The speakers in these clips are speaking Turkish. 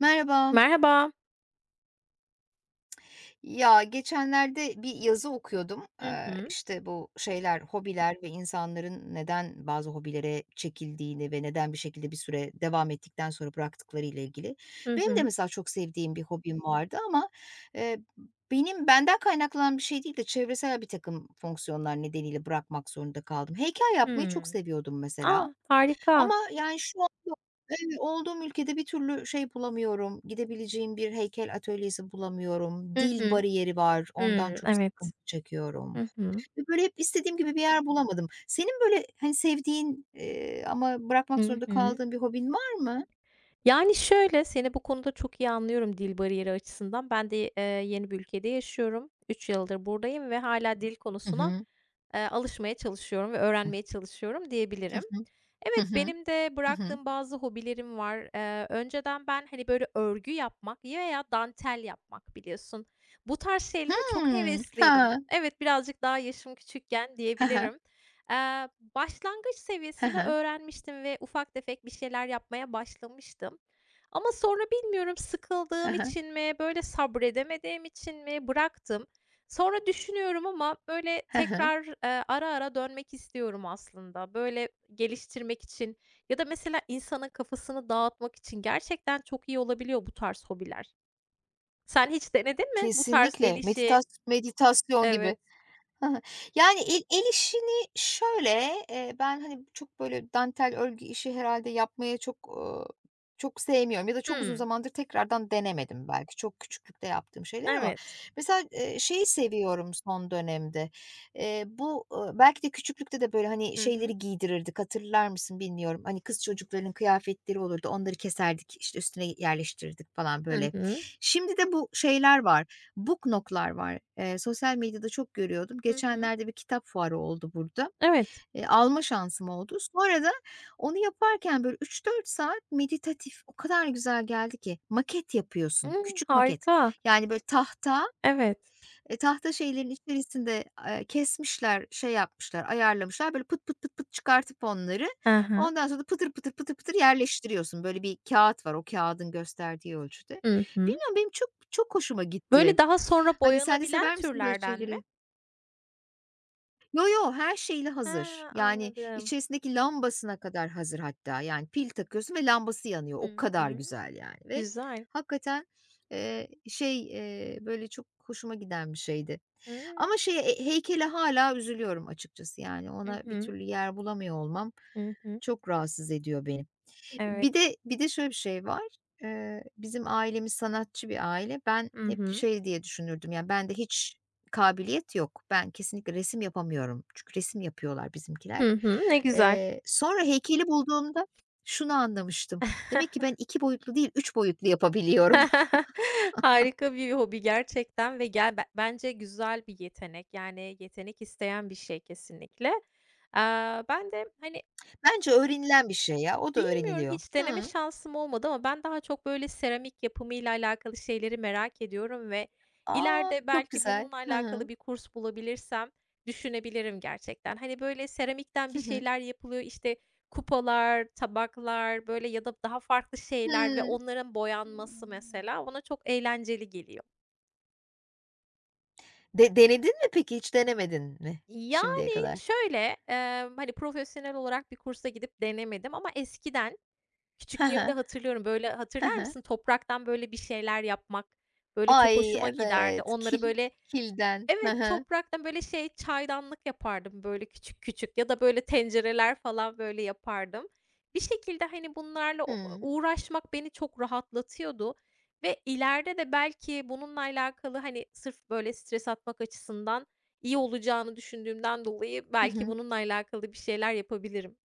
Merhaba. Merhaba. Ya geçenlerde bir yazı okuyordum. Hı hı. İşte bu şeyler, hobiler ve insanların neden bazı hobilere çekildiğini ve neden bir şekilde bir süre devam ettikten sonra bıraktıkları ile ilgili. Hı Benim de hı. mesela çok sevdiğim bir hobim vardı ama eee, benden kaynaklanan bir şey değil de çevresel bir takım fonksiyonlar nedeniyle bırakmak zorunda kaldım. Heykel yapmayı çok Hımm. seviyordum mesela. A, harika! Ama, yani, şu anda, evet, olduğum ülkede bir türlü şey bulamıyorum, gidebileceğim bir heykel atölyesi bulamıyorum. Hı Dil hı. bariyeri var, ondan Hımm, çok evet. sıkıntı çekiyorum Hı hı. ve böyle hep istediğim gibi bir yer bulamadım. Senin böyle, hani, sevdiğin, ama bırakmak Hı zorunda hı. kaldığın bir hobin var mı? Yani, şöyle, seni bu konuda çok iyi anlıyorum dil bariyeri açısından. Ben de, yeni bir ülkede yaşıyorum. 3 yıldır buradayım ve hala dil Hı konusuna hı. Alışmaya çalışıyorum ve Hı öğrenmeye çalışıyorum hı. diyebilirim. Hı Evet, hı. benim de Hı hı. bıraktığım bazı hobilerim var. Önceden ben, hani, böyle, örgü yapmak veya dantel yapmak biliyorsun. Bu tarz şeylere çok Hımm. hevesliydim. Ha. Evet, birazcık daha yaşım küçükken He he. diyebilirim. Eee, Başlangıç He seviyesinde he. öğrenmiştim ve ufak tefek bir şeyler yapmaya başlamıştım. Ama sonra bilmiyorum He sıkıldığım he. için mi, böyle sabredemediğim için mi bıraktım. Sonra düşünüyorum ama böyle He he. tekrar, ara ara dönmek istiyorum aslında. Böyle geliştirmek için ya da mesela insanın kafasını dağıtmak için gerçekten çok iyi olabiliyor bu tarz hobiler. Sen hiç denedin mi bu tarz el Kesinlikle. işi? Meditasyon gibi. Evet. Hı hı. Yani, el işini şöyle, ben, hani, çok böyle dantel örgü işi herhalde yapmaya çok, çok sevmiyorum ya da çok uzun Hımm. zamandır tekrardan denemedim belki. Çok küçüklükte yaptığım şeyler ama Evet. mesela, şeyi seviyorum son dönemde. Bu, belki de küçüklükte de böyle, hani, Hı hı. şeyleri giydirirdik, hatırlar mısın bilmiyorum. Hani, kız çocukların kıyafetleri olurdu, onları keserdik, işte, üstüne yerleştirirdik falan Hı böyle. hı. Şimdi de bu şeyler var. Booknok'lar var. Sosyal medyada çok görüyordum. Hı hı. Geçenlerde bir kitap fuarı oldu burada. Evet. Alma şansım oldu. Sonra da onu yaparken böyle üç dört saat meditatif o kadar güzel geldi ki maket yapıyorsun, Imm, küçük maket. harika. Yani böyle tahta Evet. Tahta şeylerin içerisinde, kesmişler, şey yapmışlar, ayarlamışlar. Böyle pıt pıt pıt pıt çıkartıp onları Hı hı. ondan sonra da pıtır pıtır pıtır pıtır yerleştiriyorsun. Böyle bir kağıt var, o kağıdın gösterdiği ölçüde. Hı hı. Bilmiyorum, benim çok çok hoşuma gitti. Böyle daha sonra Hani, sen de boyanabilen sever misin böyle türlerden mi? şeyleri? Yo, yo, her şeyle He, hazır. Yani anladım. içerisindeki lambasına kadar hazır hatta. Yani pil takıyorsun ve lambası yanıyor. O Hı kadar hı. güzel yani ve Güzel. hakikaten, böyle çok hoşuma giden bir şeydi. Hımm. Ama heykele hâlâ üzülüyorum açıkçası. Yani Hı ona bir hı. türlü yer bulamıyor olmam Hı hı. çok rahatsız ediyor beni. Evet. Bir de şöyle bir şey var. Bizim ailemiz sanatçı bir aile. Ben Hı hep hı. şey diye düşünürdüm, yani bende hiç kabiliyet yok. Ben kesinlikle resim yapamıyorum. Çünkü resim yapıyorlar bizimkiler. Hı hı. Ne güzel. Sonra heykeli bulduğumda şunu anlamıştım. Demek ki ben 2 boyutlu değil, 3 boyutlu yapabiliyorum. Harika bir hobi gerçekten ve gel be bence güzel bir yetenek. Yani yetenek isteyen bir şey kesinlikle. Aaa, ben de, hani, Bence öğrenilen bir şey ya. O da bilmiyorum, öğreniliyor. hiç deneme Hıı. şansım olmadı ama ben daha çok böyle seramik yapımıyla alakalı şeyleri merak ediyorum ve A! ileride Çok belki güzel. bununla Hı hı. alakalı bir kurs bulabilirsem düşünebilirim gerçekten. Hani, böyle seramikten Hı bir hı. şeyler yapılıyor, işte, kupalar, tabaklar, böyle ya da daha farklı şeyler ve Hıı. onların boyanması mesela bana çok eğlenceli geliyor. Denedin mi peki, hiç denemedin mi şimdiye Yani kadar? şöyle, hani, profesyonel olarak bir kursa gidip denemedim ama eskiden Hı küçüklüğümde hı. hatırlıyorum, böyle, Hı hatırlar hı. mısın? Topraktan, böyle, bir şeyler yapmak, böyle, çok Ay, hoşuma giderdi. evet. Onları, böyle, Kilden. Hı evet, hı. topraktan, böyle, şey, çaydanlık yapardım, böyle, küçük küçük ya da, böyle, tencereler falan, böyle, yapardım. Bir şekilde, hani, bunlarla o Hıı. uğraşmak beni çok rahatlatıyordu ve ileride de belki bununla alakalı, hani, sırf, böyle, stres atmak açısından iyi olacağını düşündüğümden dolayı Hı belki hı. bununla alakalı bir şeyler yapabilirim.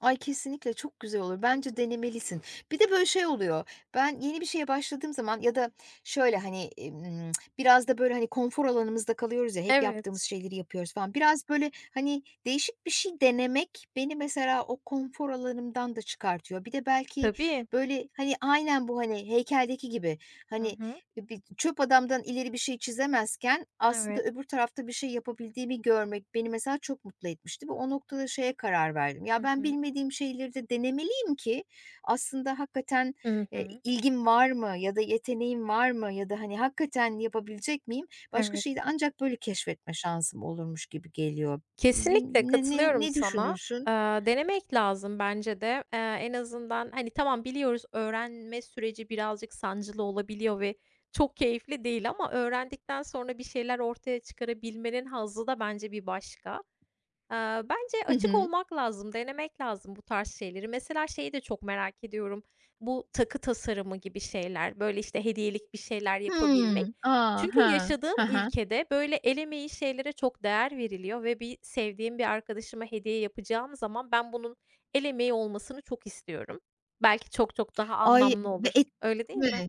Ay, kesinlikle çok güzel olur. Hı Bence hı. denemelisin. Bir de böyle şey oluyor, ben yeni bir şeye başladığım zaman ya da şöyle, hani, biraz da böyle, hani, konfor alanımızda kalıyoruz ya, hep yaptığımız Evet. şeyleri yapıyoruz falan. Biraz böyle, hani, değişik bir şey denemek beni mesela o konfor alanımdan da çıkartıyor. Bir de belki Tabii. böyle, hani, aynen bu, hani, heykeldeki gibi, Hı hani, hı. Bir çöp adamdan ileri bir şey çizemezken aslında Evet. öbür tarafta bir şey yapabildiğimi görmek beni mesela çok mutlu etmişti ve o noktada şeye karar verdim. Ya Hı ben hı. bilmediğim şeyleri de denemeliyim ki aslında hakikaten, Hı hı. ilgim var mı ya da yeteneğim var mı ya da, hani, hakikaten yapabilecek miyim? Başka şeyi de Evet. ancak böyle keşfetme şansım olurmuş gibi geliyor. Bi Kesinlikle ne ne katılıyorum ne sana. düşünürsün? Eee, Denemek lazım bence de. En azından, hani, tamam biliyoruz öğrenme süreci birazcık sancılı olabiliyor ve çok keyifli değil ama öğrendikten sonra bir şeyler ortaya çıkarabilmenin hazzı da bence bir başka. Eee, Bence Hı açık hı. olmak lazım, denemek lazım bu tarz şeyleri. Mesela şeyi de çok merak ediyorum. Bu takı tasarımı gibi şeyler, böyle, işte, hediyelik bir şeyler yapabilmek. Hımm. A! Çünkü He. yaşadığım He he. ülkede, böyle, el emeği şeylere çok değer veriliyor ve bir sevdiğim bir arkadaşıma hediye yapacağım zaman ben bunun el emeği olmasını çok istiyorum. Belki çok çok daha Ay, anlamlı ve olur. ettik Öyle değil mi? mi?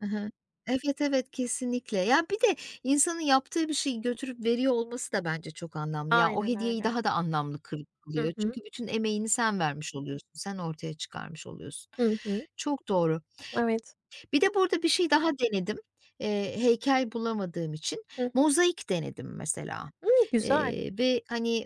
Hı hı. Evet, evet, kesinlikle. Ya, bir de insanın yaptığı bir şeyi götürüp veriyor olması da bence çok anlamlı. Ya, o Aynen hediyeyi öyle. daha da anlamlı Hı kılıyor. hı. Çünkü bütün emeğini sen vermiş oluyorsun, sen ortaya çıkarmış oluyorsun. Hı hı. Çok doğru. Evet. Bir de burada bir şey daha denedim. Heykel bulamadığım için Hı hı. mozaik denedim mesela, Hımm, güzel. eee, ve, hani,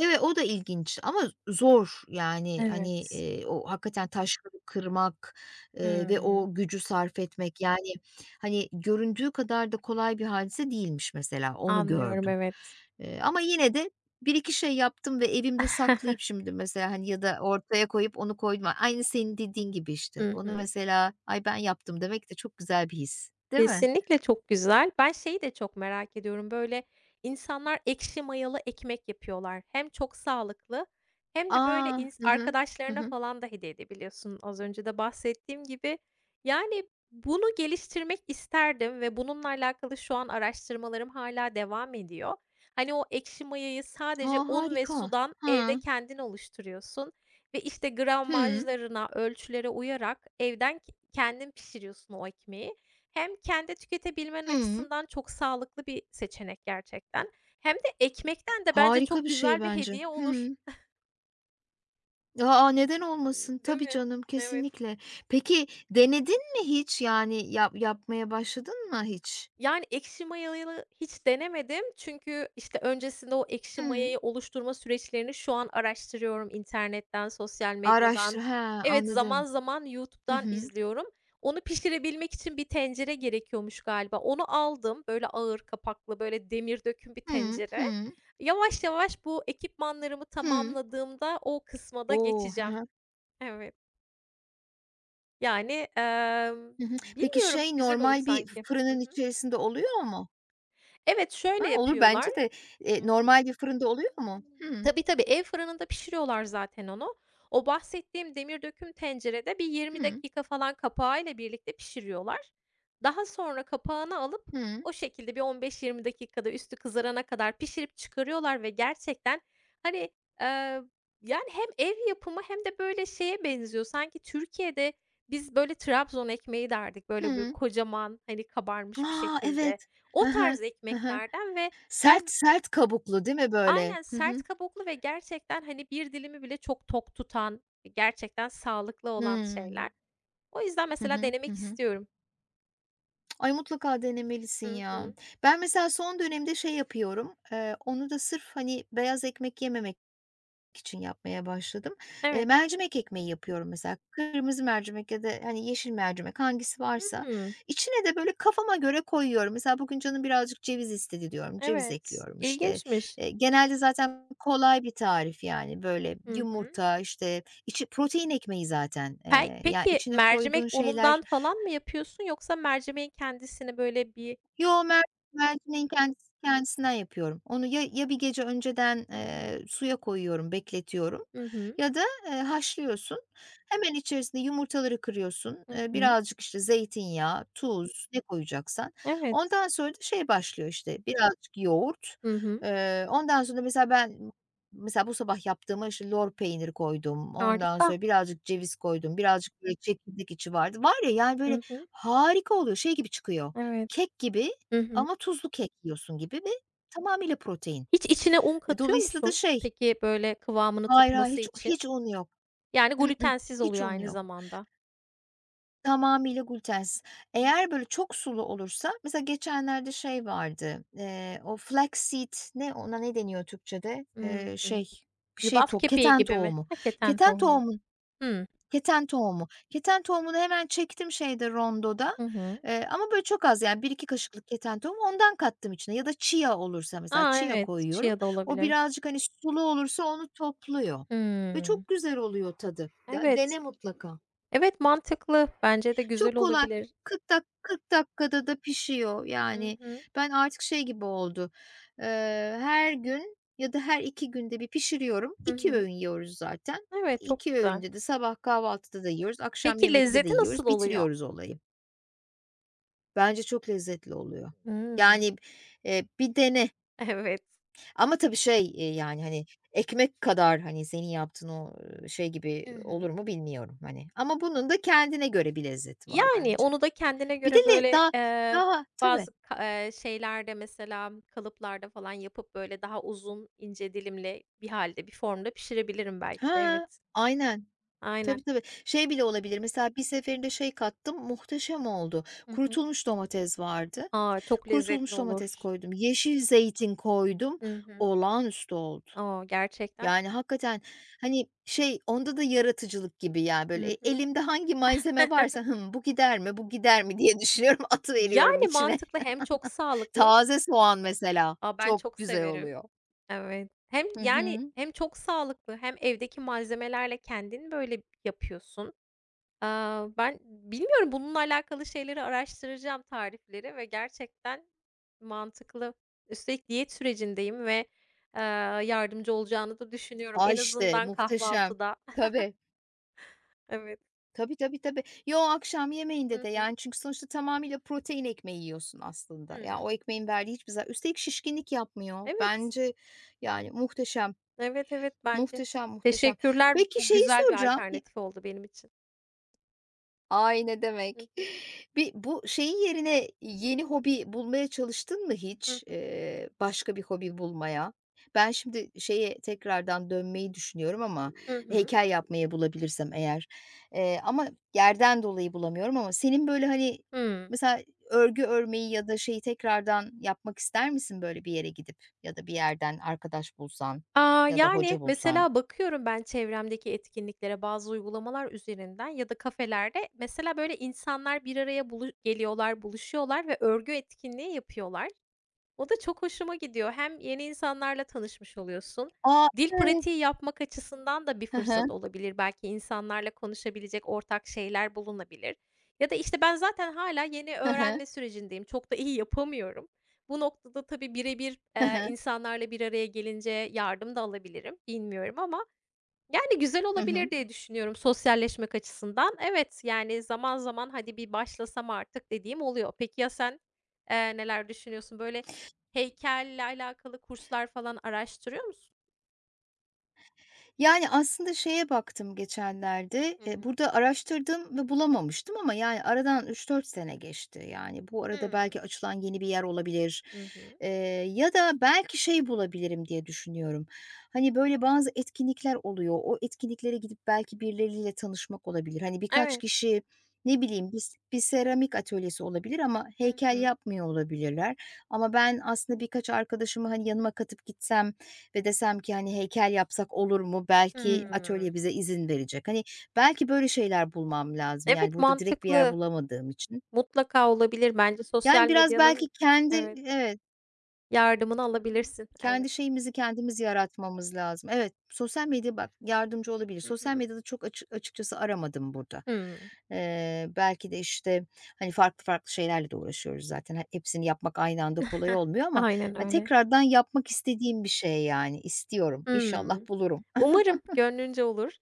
evet, o da ilginç ama zor. Yani, hani, Evet. O hakikaten taşları kırmak, ve Hımm. o gücü sarf etmek, yani, hani, göründüğü kadar da kolay bir hadise değilmiş mesela, onu Anlıyorum, gördüm. evet. Ama yine de bir iki şey yaptım ve evimde saklayıp şimdi mesela, hani, ya da ortaya koyup onu koydum. Aynı senin dediğin gibi işte. Hı Onu hı. mesela, "Ay, ben yaptım." demek de çok güzel bir his, değil mi? Kesinlikle çok güzel. Ben şeyi de çok merak ediyorum, böyle, insanlar ekşi mayalı ekmek yapıyorlar. Hem çok sağlıklı hem de, böyle, A! ins Hı hı. Hı arkadaşlarına hı. falan da hediye edebiliyorsun. Az önce de bahsettiğim gibi. Yani, bunu geliştirmek isterdim ve bununla alakalı şu an araştırmalarım hala devam ediyor. Hani, o ekşi mayayı A, sadece un ve harika. sudan evde Hıı. kendin oluşturuyorsun ve, işte, Hı. gramajlarına, ölçülere uyarak evden k kendin pişiriyorsun o ekmeği. Hem kendi tüketebilmen Hı. açısından çok sağlıklı bir seçenek gerçekten hem de ekmekten de bence Harika çok bir şey güzel bir bence. hediye olur, Hıı. A, neden olmasın? değil Tabii mi? canım, Evet. kesinlikle. Peki denedin mi hiç? Yani yapmaya başladın mı hiç? Yani, ekşi mayalı hiç denemedim. Çünkü, işte, öncesinde o ekşi Hıı. mayayı oluşturma süreçlerini şu an araştırıyorum internetten, sosyal medyadan. He, Evet, zaman anladım. zaman Hı YouTube'dan hı. izliyorum. Onu pişirebilmek için bir tencere gerekiyormuş galiba. Onu aldım, böyle ağır kapaklı, böyle demir döküm bir Hıı, tencere. hı, Yavaş yavaş bu ekipmanlarımı hı. tamamladığımda o kısma da O! Hı geçeceğim. hı. Evet. Yani, Hı hı. Peki bilmiyorum, şey güzel olur normal bir sanki. Hı fırının hı. içerisinde oluyor mu? Evet, Ha, şöyle olur yapıyorlar. bence de, Hı hı. normal bir fırında oluyor mu? Hı hı, Tabii, tabii, ev fırınında pişiriyorlar zaten onu. O bahsettiğim demir döküm tencerede bir 20 dakika falan kapağıyla birlikte pişiriyorlar. Daha sonra kapağını alıp hı, o şekilde bir 15-20 dakikada üstü kızarana kadar pişirip çıkarıyorlar ve gerçekten, hani, eee, yani, hem ev yapımı hem de, böyle, şeye benziyor. Sanki Türkiye'de biz, böyle, Trabzon ekmeği derdik, böyle, bir hı. kocaman, hani, kabarmış bir A, şekilde. evet. Hı O hı. tarz Hı hı. ekmeklerden ve ben Sert kabuklu değil mi böyle? aynen, Hı sert hı. kabuklu ve gerçekten, hani, bir dilimi bile çok tok tutan, gerçekten sağlıklı olan Hımm. şeyler. O yüzden Hı mesela hı. Hı denemek hı. istiyorum. Ay, mutlaka denemelisin Hı ya. hı. Ben mesela son dönemde şey yapıyorum, onu da sırf, hani, beyaz ekmek yememek için yapmaya başladım. Eee, Evet. mercimek ekmeği yapıyorum mesela. Kırmızı mercimek ya da, hani, yeşil mercimek hangisi varsa Hımm. içine de böyle kafama göre koyuyorum. Mesela bugün canım birazcık ceviz istedi diyorum, ceviz Evet, ekliyorum, işte. İlginçmiş. Genelde zaten kolay bir tarif, yani, böyle Hı hı. yumurta, işte, içi protein ekmeği zaten. Pey Ya, peki içine koyduğun mercimek şeyler. unundan falan mı yapıyorsun yoksa mercimeğin kendisini böyle bir... Yo, mercimeğin kendisinden yapıyorum. Onu ya bir gece önceden, Hı hı. Suya koyuyorum, bekletiyorum Hı hı. ya da, haşlıyorsun. Hemen içerisine yumurtaları kırıyorsun. Hı Eee, hı. birazcık, işte, zeytinyağı, tuz, ne koyacaksan. Evet. Ondan sonra da şey başlıyor, işte, birazcık yoğurt. Hı hı. Ondan sonra mesela ben mesela bu sabah yaptığıma, işte, lor peyniri koydum. Ondan Harika. sonra birazcık ceviz koydum. Birazcık, böyle, çekirdek içi vardı. Var ya, yani, böyle, Hı hı. harika oluyor. Şey gibi çıkıyor. Evet. Kek gibi Hı hı. ama tuzlu kek yiyorsun gibi ve tamamıyla protein. Hiç içine un katıyor Dolayısıyla da musun? şey. Peki, böyle kıvamını Hayır, hayır, tutması hiç için? hiç un yok. Yani I ıh, glutensiz hiç oluyor un aynı yok. zamanda. Tamamıyla glütensiz. Hı Eğer hı. böyle çok sulu olursa mesela geçenlerde şey vardı, o flaxseed ne ona ne deniyor Türkçe'de? Imm, Şey, bir şey, yulaf to, kepeği keten gibi mi? tohumu. Ha, keten Keten tohumu. tohumu. Hıı. Keten tohumu. Keten tohumunu hemen çektim şeyde rondoda, Hı hı. Ama böyle çok az yani bir iki kaşıklık keten tohumu ondan kattım içine ya da chia olursa mesela A, chia evet, koyuyorum. chia da O olabilir. birazcık, hani, sulu olursa onu topluyor ve Hımm. çok güzel oluyor tadı. Evet. Dene mutlaka. Evet, mantıklı. Bence de Çok güzel kolay. olabilir. 40 40 dakikada da pişiyor. Hı Yani hı. ben artık şey gibi oldu, eee, her gün ya da her 2 günde bir pişiriyorum. Hı 2 öğün hı. yiyoruz zaten. Evet, çok 2 güzel. öğünde de sabah kahvaltıda da yiyoruz, akşam Peki yemekte de lezzeti nasıl yiyoruz, oluyor? bitiriyoruz olayı. Bence çok lezzetli oluyor. Hıı. Yani, bir dene Evet. ama tabii şey, yani, hani, ekmek kadar, hani, senin yaptığın o, şey gibi Hı olur hı. mu bilmiyorum, hani, ama bunun da kendine göre bir lezzeti var Yani, bence. onu da kendine Bir de göre, böyle, daha daha. Tabii. bazı ka şeylerde mesela kalıplarda falan yapıp, böyle, daha uzun, ince dilimli bir halde bir formda pişirebilirim belki de. Ha, Evet. aynen. Tabii, Aynen. tabii. Şey bile olabilir, mesela bir seferinde şey kattım, muhteşem oldu. Hı hı. Kurutulmuş domates vardı. A, çok lezzetli Kurutulmuş domates olur. koydum, yeşil zeytin koydum, Hı hı. olağanüstü oldu. A, gerçekten. Yani hakikaten, hani, şey, onda da yaratıcılık gibi ya, böyle, Hı hı. elimde hangi malzeme varsa, bu gider mi, bu gider mi diye düşünüyorum, atıveriyorum Yani, içine. mantıklı hem çok sağlıklı. Taze soğan mesela, A, ben çok çok güzel severim. oluyor. Evet. Hem, Hı yani, hı. hem çok sağlıklı hem evdeki malzemelerle kendin, böyle, yapıyorsun. Aaa, ben bilmiyorum, bununla alakalı şeyleri araştıracağım, tarifleri ve gerçekten mantıklı. Üstelik diyet sürecindeyim ve, eee, yardımcı olacağını da düşünüyorum. A, En işte, azından muhteşem. kahvaltıda. Tabii. Evet. Tabii, tabii, tabii. Yo, akşam yemeğinde Hı de, hı. yani, çünkü sonuçta tamamıyla protein ekmeği yiyorsun aslında. Ya, Hımm. o ekmeğin verdiği hiçbir, üstelik şişkinlik yapmıyor. Evet. Bence, yani, muhteşem, Evet, evet, bence. muhteşem, muhteşem. Teşekkürler. Peki Bu şeyi güzel bir soracağım. alternatif oldu benim için. Ay, ne Hı demek. hı. Bu şeyin yerine yeni hobi bulmaya çalıştın mı Hı hiç? hı. Başka bir hobi bulmaya? Ben şimdi şeye tekrardan dönmeyi düşünüyorum ama Hı hı. heykel yapmayı bulabilirsem eğer, ama yerden dolayı bulamıyorum ama senin böyle, hani, Hımm. mesela örgü örmeyi ya da şeyi tekrardan yapmak ister misin böyle bir yere gidip ya da bir yerden arkadaş bulsan Aaa, ya da hoca yani, bulsan? mesela bakıyorum ben çevremdeki etkinliklere bazı uygulamalar üzerinden ya da kafelerde. Mesela, böyle, insanlar bir araya bulu geliyorlar, buluşuyorlar ve örgü etkinliği yapıyorlar. O da çok hoşuma gidiyor. Hem yeni insanlarla tanışmış oluyorsun. Aa. Dil Evet. pratiği yapmak açısından da bir Hı hı. fırsat olabilir. Belki insanlarla konuşabilecek ortak şeyler bulunabilir. Ya da işte ben zaten hala yeni Hı hı. öğrenme sürecindeyim. Çok da iyi yapamıyorum. Bu noktada tabii birebir, Hı hı. insanlarla bir araya gelince yardım da alabilirim, bilmiyorum ama yani, güzel Hı hı. olabilir diye düşünüyorum sosyalleşmek açısından. Evet, yani, zaman zaman, "Hadi bir başlasam artık." dediğim oluyor. Peki ya sen, neler düşünüyorsun? Böyle heykelle alakalı kurslar falan araştırıyor musun? Yani, aslında şeye baktım geçenlerde, Hı hı. burada araştırdım ve bulamamıştım ama, yani, aradan üç dört sene geçti. Yani, bu arada belki Hımm. açılan yeni bir yer olabilir, Hı hı. eee, ya da belki şey bulabilirim diye düşünüyorum. Hani, böyle, bazı etkinlikler oluyor. O etkinliklere gidip belki birileriyle tanışmak olabilir. Hani, birkaç Evet. kişi, ne bileyim, bir seramik atölyesi olabilir ama Hı heykel hı. yapmıyor olabilirler ama ben aslında birkaç arkadaşımı, hani, yanıma katıp gitsem ve desem ki, hani, heykel yapsak olur mu? Belki Hımm. atölye bize izin verecek. Hani, belki böyle şeyler bulmam lazım. Yani, Evet, burada direkt bir yer mantıklı. bulamadığım için. Mutlaka olabilir. Bence Yani, sosyal biraz belki medyanın... kendi, Evet. evet, Yardımını alabilirsin. kendi Evet. şeyimizi kendimiz yaratmamız lazım. Evet, sosyal medya bak yardımcı olabilir. Hı Sosyal hı. medyada çok açıkçası aramadım burada. Hımm. Belki de, işte, hani, farklı farklı şeylerle de uğraşıyoruz zaten. He Hepsini yapmak aynı anda kolay olmuyor ama, Aynen ha, öyle. tekrardan yapmak istediğim bir şey, yani, istiyorum. İnşallah Hımm. bulurum. Umarım gönlünce olur.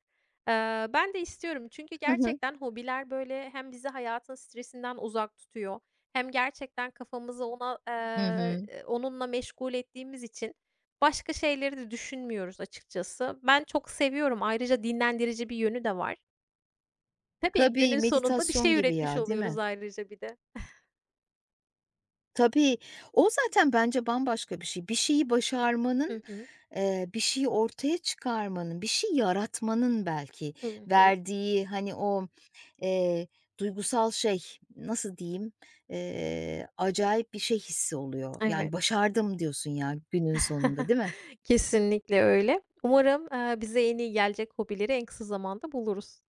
Ben de istiyorum çünkü gerçekten hobiler, böyle, hem bizi hayatın stresinden uzak tutuyor hem gerçekten kafamızı ona, Hı hı. Onunla meşgul ettiğimiz için başka şeyleri de düşünmüyoruz açıkçası. Ben çok seviyorum. Ayrıca dinlendirici bir yönü de var. Tabii Tabii, günün sonunda bir meditasyon şey gibi üretmiş ya, değil mi? oluyoruz ayrıca bir de. Tabii, o zaten bence bambaşka bir şey. Bir şeyi başarmanın, Hı hı. Bir şeyi ortaya çıkarmanın, bir şey yaratmanın belki Hı hı. verdiği, hani, o, eee, duygusal şey, nasıl diyeyim, acayip bir şey hissi oluyor. Yani, Evet. "Başardım." diyorsun ya günün sonunda, değil mi? Kesinlikle öyle. Umarım, bize en iyi gelecek hobileri en kısa zamanda buluruz.